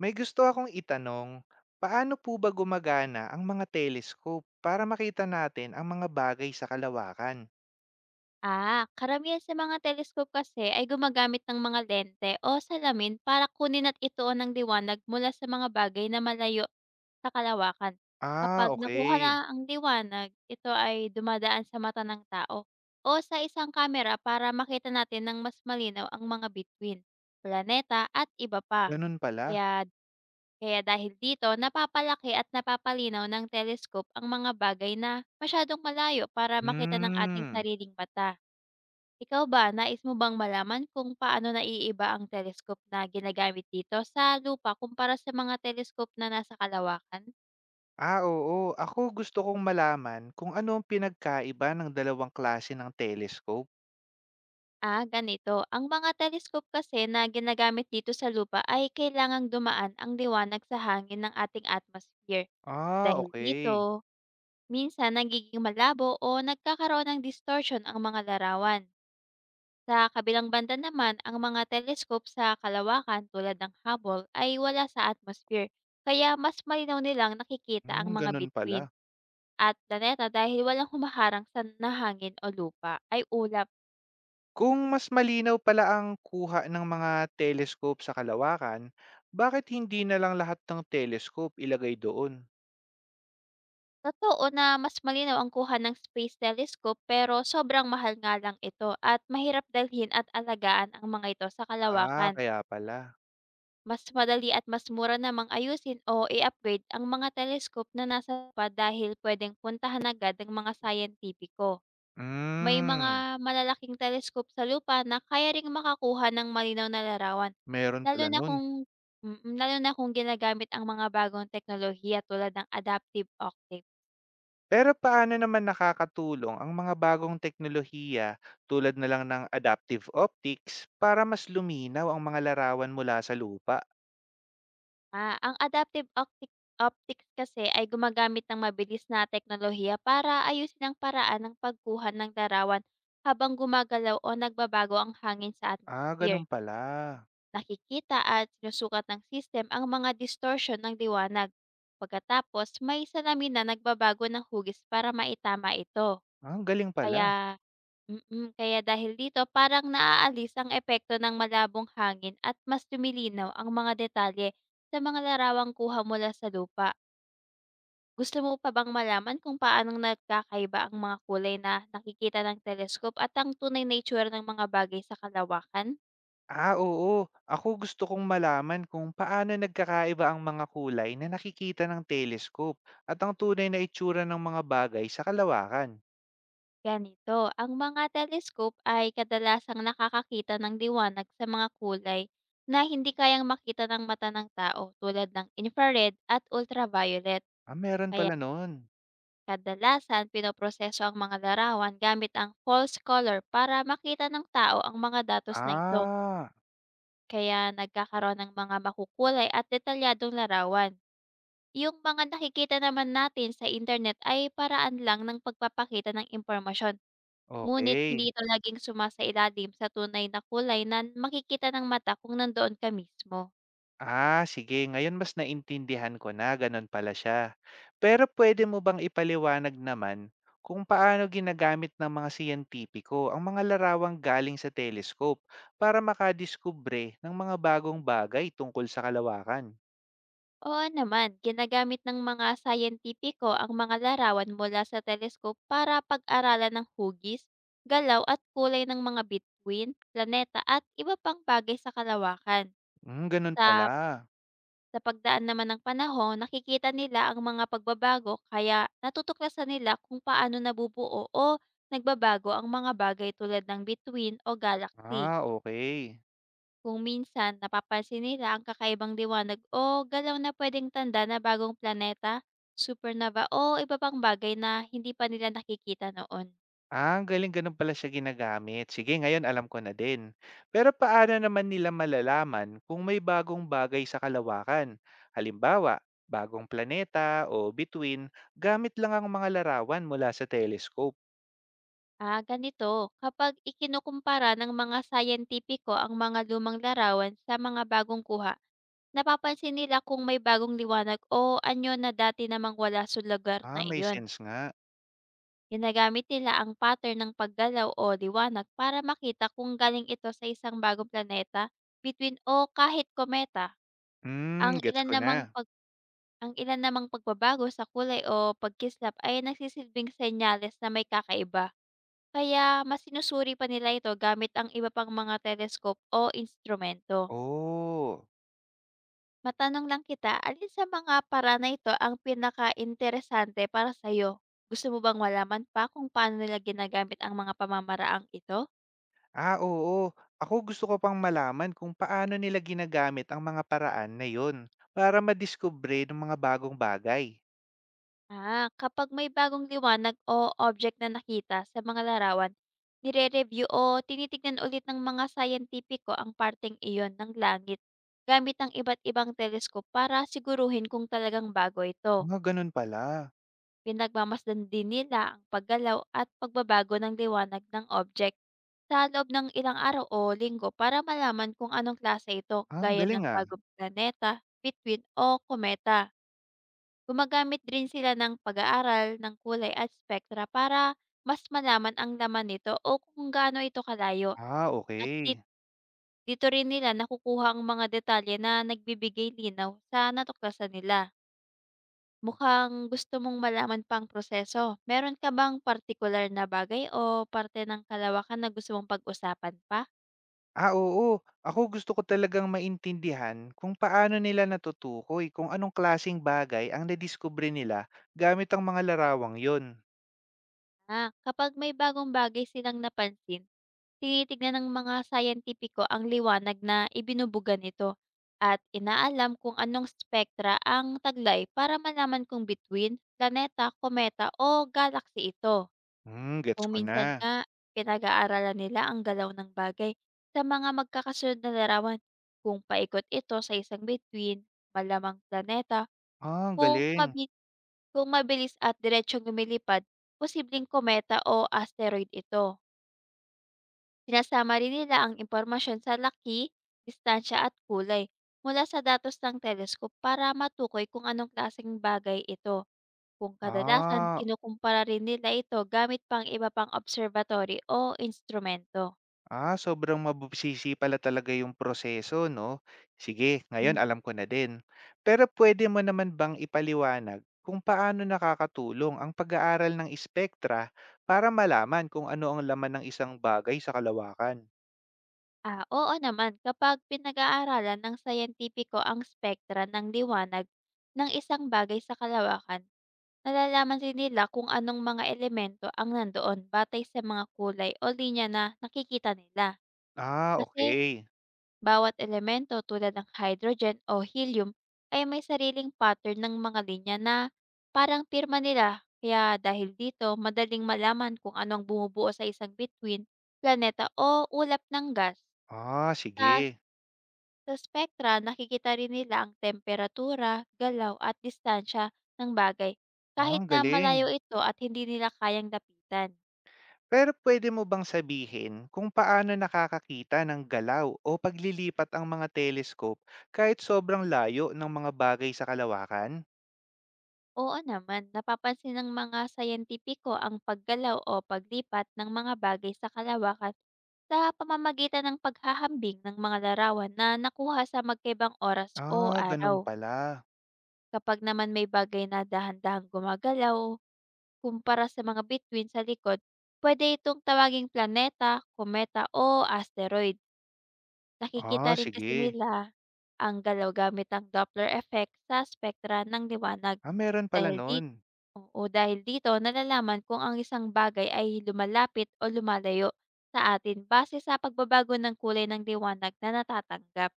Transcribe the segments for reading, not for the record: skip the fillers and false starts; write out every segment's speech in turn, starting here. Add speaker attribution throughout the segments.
Speaker 1: May gusto akong itanong, paano po ba gumagana ang mga telescope para makita natin ang mga bagay sa kalawakan?
Speaker 2: Ah, karamihan sa mga telescope kasi ay gumagamit ng mga lente o salamin para kunin at ituon ang liwanag mula sa mga bagay na malayo sa kalawakan.
Speaker 1: Ah,
Speaker 2: Kapag nakuha na
Speaker 1: okay.
Speaker 2: ang liwanag, ito ay dumadaan sa mata ng tao o sa isang kamera para makita natin ng mas malinaw ang mga bituin, planeta at iba pa.
Speaker 1: Ganun pala.
Speaker 2: Kaya kaya dahil dito napapalaki at napapalinaw ng telescope ang mga bagay na masyadong malayo para makita ng ating
Speaker 1: Hmm.
Speaker 2: sariling mata. Ikaw ba, nais mo bang malaman kung paano naiiba ang telescope na ginagamit dito sa lupa kumpara sa mga telescope na nasa kalawakan?
Speaker 1: Ah, oo. Ako gusto kong malaman kung ano ang pinagkaiba ng dalawang klase ng telescope.
Speaker 2: Ah, ganito. Ang mga telescope kasi na ginagamit dito sa lupa ay kailangang dumaan ang liwanag sa hangin ng ating atmosphere.
Speaker 1: Ah,
Speaker 2: Dahil
Speaker 1: okay.
Speaker 2: dito, minsan nagiging malabo o nagkakaroon ng distortion ang mga larawan. Sa kabilang banda naman, ang mga telescope sa kalawakan tulad ng Hubble ay wala sa atmosphere, kaya mas malinaw nilang nakikita ang
Speaker 1: Hmm,
Speaker 2: mga
Speaker 1: ganun
Speaker 2: bituin
Speaker 1: pala.
Speaker 2: at planeta dahil walang humaharang sa nahangin o lupa ay ulap.
Speaker 1: Kung mas malinaw pala ang kuha ng mga telescope sa kalawakan, bakit hindi na lang lahat ng telescope ilagay doon?
Speaker 2: Totoo na mas malinaw ang kuha ng space telescope, pero sobrang mahal nga lang ito at mahirap dalhin at alagaan ang mga ito sa
Speaker 1: Ah,
Speaker 2: kalawakan.
Speaker 1: kaya pala.
Speaker 2: Mas madali at mas mura namang ayusin o i-upgrade ang mga telescope na nasa lupa dahil pwedeng puntahan agad ng mga siyentipiko. May
Speaker 1: Hmm,
Speaker 2: mga malalaking telescope sa lupa na kaya ring makakuha ng malinaw na larawan,
Speaker 1: meron
Speaker 2: lalo
Speaker 1: pala
Speaker 2: na
Speaker 1: nun.
Speaker 2: kung lalo na kung ginagamit ang mga bagong teknolohiya tulad ng adaptive optics.
Speaker 1: Pero paano naman nakakatulong ang mga bagong teknolohiya tulad na lang ng adaptive optics para mas luminaw ang mga larawan mula sa lupa?
Speaker 2: Ah, ang adaptive optic optics kasi ay gumagamit ng mabilis na teknolohiya para ayusin ang paraan ng pagkuha ng larawan habang gumagalaw o nagbabago ang hangin sa
Speaker 1: Ah,
Speaker 2: atmosphere.
Speaker 1: ganun pala.
Speaker 2: Nakikita at sinusukat ng system ang mga distortion ng liwanag. Pagkatapos, may salamin na nagbabago ng hugis para maitama ito.
Speaker 1: Ah, ang galing pala.
Speaker 2: Kaya kaya dahil dito parang naaalis ang epekto ng malabong hangin at mas lumilinaw ang mga detalye sa mga larawang kuha mula sa lupa. Gusto mo pa bang malaman kung paanong nagkakaiba ang mga kulay na nakikita ng telescope at ang tunay na itsura ng mga bagay sa kalawakan?
Speaker 1: Ah, oo. Ako gusto kong malaman kung paano nagkakaiba ang mga kulay na nakikita ng telescope at ang tunay na itsura ng mga bagay sa kalawakan.
Speaker 2: Ganito, ang mga telescope ay kadalasang nakakakita ng liwanag sa mga kulay na hindi kayang makita ng mata ng tao, tulad ng infrared at ultraviolet.
Speaker 1: Ah, meron pala nun.
Speaker 2: Kadalasan, pinoproseso ang mga larawan gamit ang false color para makita ng tao ang mga datos na ito,
Speaker 1: Ah,
Speaker 2: kaya nagkakaroon ng mga makukulay at detalyadong larawan. Yung mga nakikita naman natin sa internet ay paraan lang ng pagpapakita ng impormasyon, ngunit hindi
Speaker 1: okay.
Speaker 2: ito laging sumasailalim sa tunay na kulay na makikita ng mata kung nandoon ka mismo.
Speaker 1: Ah, sige. Ngayon mas naintindihan ko na, ganun pala siya. Pero pwede mo bang ipaliwanag naman kung paano ginagamit ng mga siyentipiko ang mga larawang galing sa telescope para makadiskubre ng mga bagong bagay tungkol sa kalawakan?
Speaker 2: Oo naman, ginagamit ng mga scientifico ang mga larawan mula sa teleskop para pag-aralan ng hugis, galaw at kulay ng mga bituin, planeta at iba pang bagay sa kalawakan.
Speaker 1: Hmm, ganun
Speaker 2: Sa,
Speaker 1: pala.
Speaker 2: sa pagdaan naman ng panahon, nakikita nila ang mga pagbabago, kaya natutuklasan nila kung paano nabubuo o nagbabago ang mga bagay tulad ng bituin o galaxy.
Speaker 1: Ah, okay.
Speaker 2: Kung minsan napapansin nila ang kakaibang liwanag o galaw na pwedeng tanda na bagong planeta, supernova o iba pang bagay na hindi pa nila nakikita noon.
Speaker 1: Ah, ang galing gano'n pala siya ginagamit. Sige, ngayon alam ko na din. Pero paano naman nila malalaman kung may bagong bagay sa kalawakan? Halimbawa, bagong planeta o bituin, gamit lang ang mga larawan mula sa telescope.
Speaker 2: Ah, ganito, kapag ikinukumpara ng mga scientifico ang mga lumang larawan sa mga bagong kuha, napapansin nila kung may bagong liwanag o anyo na dati namang wala sa lugar na
Speaker 1: Ah, may
Speaker 2: iyon.
Speaker 1: sense nga.
Speaker 2: Ginagamit nila ang pattern ng paggalaw o liwanag para makita kung galing ito sa isang bagong planeta, between o kahit kometa.
Speaker 1: Hmm,
Speaker 2: Ang
Speaker 1: gets
Speaker 2: ilan
Speaker 1: ko na.
Speaker 2: namang pag ang ilan namang pagbabago sa kulay o pagkislap ay nagsisilbing senyales na may kakaiba. Kaya mas sinusuri pa nila ito gamit ang iba pang mga teleskop o instrumento.
Speaker 1: Oh.
Speaker 2: Matanong lang kita, alin sa mga paraan na ito ang pinaka interesante para sa'yo? Gusto mo bang malaman pa kung paano nila ginagamit ang mga pamamaraang ito?
Speaker 1: Ah, oo. Ako gusto ko pang malaman kung paano nila ginagamit ang mga paraan na yon para madiskubre ng mga bagong bagay.
Speaker 2: Ah, kapag may bagong liwanag o object na nakita sa mga larawan, nire-review o tinitignan ulit ng mga scientifico ang parteng iyon ng langit gamit ang iba't ibang teleskop para siguruhin kung talagang bago ito.
Speaker 1: Mga ganun pala.
Speaker 2: Pinagmamasdan din nila ang paggalaw at pagbabago ng liwanag ng object sa loob ng ilang araw o linggo para malaman kung anong klase ito,
Speaker 1: Ah, ang
Speaker 2: gaya
Speaker 1: galing
Speaker 2: ng
Speaker 1: ah.
Speaker 2: bagong planeta, bituin o kometa. Gumagamit rin sila ng pag-aaral ng kulay at spektra para mas malaman ang laman nito o kung gaano ito kalayo.
Speaker 1: Ah,
Speaker 2: At di-
Speaker 1: okay.
Speaker 2: dito rin nila nakukuha ang mga detalye na nagbibigay linaw sa natuklasan nila. Mukhang gusto mong malaman pang proseso. Meron ka bang partikular na bagay o parte ng kalawakan na gusto mong pag-usapan pa?
Speaker 1: Ah, oo. Ako gusto ko talagang maintindihan kung paano nila natutukoy kung anong klasing bagay ang nadiskubre nila gamit ang mga larawang 'yon.
Speaker 2: Ah, kapag may bagong bagay silang napansin, tinitignan ng mga scientifico ang liwanag na ibinubuga nito at inaalam kung anong spektra ang taglay para malaman kung between, planeta, kometa o galaxy ito.
Speaker 1: Hmm, gets
Speaker 2: Kung
Speaker 1: ko na.
Speaker 2: minsan nga, pinag-aaralan nila ang galaw ng bagay sa mga magkakasunod na larawan. Kung paikot ito sa isang between, malamang planeta;
Speaker 1: Ah, ang
Speaker 2: kung
Speaker 1: galing.
Speaker 2: mabi kung mabilis at diretsyong lumilipad, posibleng kometa o asteroid ito. Sinasama rin nila ang impormasyon sa laki, distansya at kulay mula sa datos ng teleskop para matukoy kung anong klaseng bagay ito. Kung kadalasan,
Speaker 1: Ah,
Speaker 2: kinukumpara rin nila ito gamit pang iba pang observatory o instrumento.
Speaker 1: ah, sobrang mabubsisi pala talaga yung proseso 'no? Sige, ngayon alam ko na din. Pero pwede mo naman bang ipaliwanag kung paano nakakatulong ang pag-aaral ng espektra para malaman kung ano ang laman ng isang bagay sa kalawakan?
Speaker 2: Ah, oo naman. Kapag pinag-aaralan ng siyentipiko ang spektra ng liwanag ng isang bagay sa kalawakan, nalalaman din nila kung anong mga elemento ang nandoon batay sa mga kulay o linya na nakikita nila.
Speaker 1: Ah,
Speaker 2: Kasi
Speaker 1: okay.
Speaker 2: bawat elemento tulad ng hydrogen o helium ay may sariling pattern ng mga linya na parang pirma nila. Kaya dahil dito, madaling malaman kung anong bumubuo sa isang bituin, planeta o ulap ng gas.
Speaker 1: Ah,
Speaker 2: Sa
Speaker 1: sige.
Speaker 2: sa spektra, nakikita rin nila ang temperatura, galaw at distansya ng bagay
Speaker 1: Ah,
Speaker 2: kahit
Speaker 1: ang
Speaker 2: na
Speaker 1: galing.
Speaker 2: malayo ito at hindi nila kayang lapitan.
Speaker 1: Pero pwede mo bang sabihin kung paano nakakakita ng galaw o paglilipat ang mga telescope kahit sobrang layo ng mga bagay sa kalawakan?
Speaker 2: Oo naman, napapansin ng mga sayentipiko ang paggalaw o paglipat ng mga bagay sa kalawakan sa pamamagitan ng paghahambing ng mga larawan na nakuha sa magkaibang oras o
Speaker 1: Ah, gano'n
Speaker 2: araw.
Speaker 1: pala.
Speaker 2: Kapag naman may bagay na dahan-dahang gumagalaw, kumpara sa mga bituin sa likod, pwede itong tawaging planeta, kometa o asteroid. Nakikita
Speaker 1: Ah,
Speaker 2: rin kasi
Speaker 1: sige.
Speaker 2: nila ang galaw gamit ang Doppler effect sa spektra ng liwanag.
Speaker 1: Ah, meron pala
Speaker 2: Dahil
Speaker 1: nun.
Speaker 2: dito, oo, dahil dito nalalaman kung ang isang bagay ay lumalapit o lumalayo sa atin base sa pagbabago ng kulay ng liwanag na natatanggap.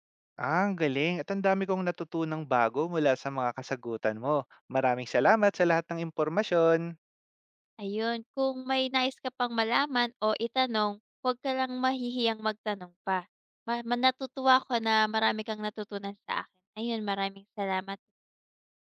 Speaker 1: Ah, ang galing at ang dami kong natutunang bago mula sa mga kasagutan mo. Maraming salamat sa lahat ng impormasyon.
Speaker 2: Ayun, kung may nais ka pang malaman o itanong, huwag ka lang mahihiyang magtanong pa. Ma ma natutuwa ako na marami kang natutunan sa akin. Ayun, maraming salamat.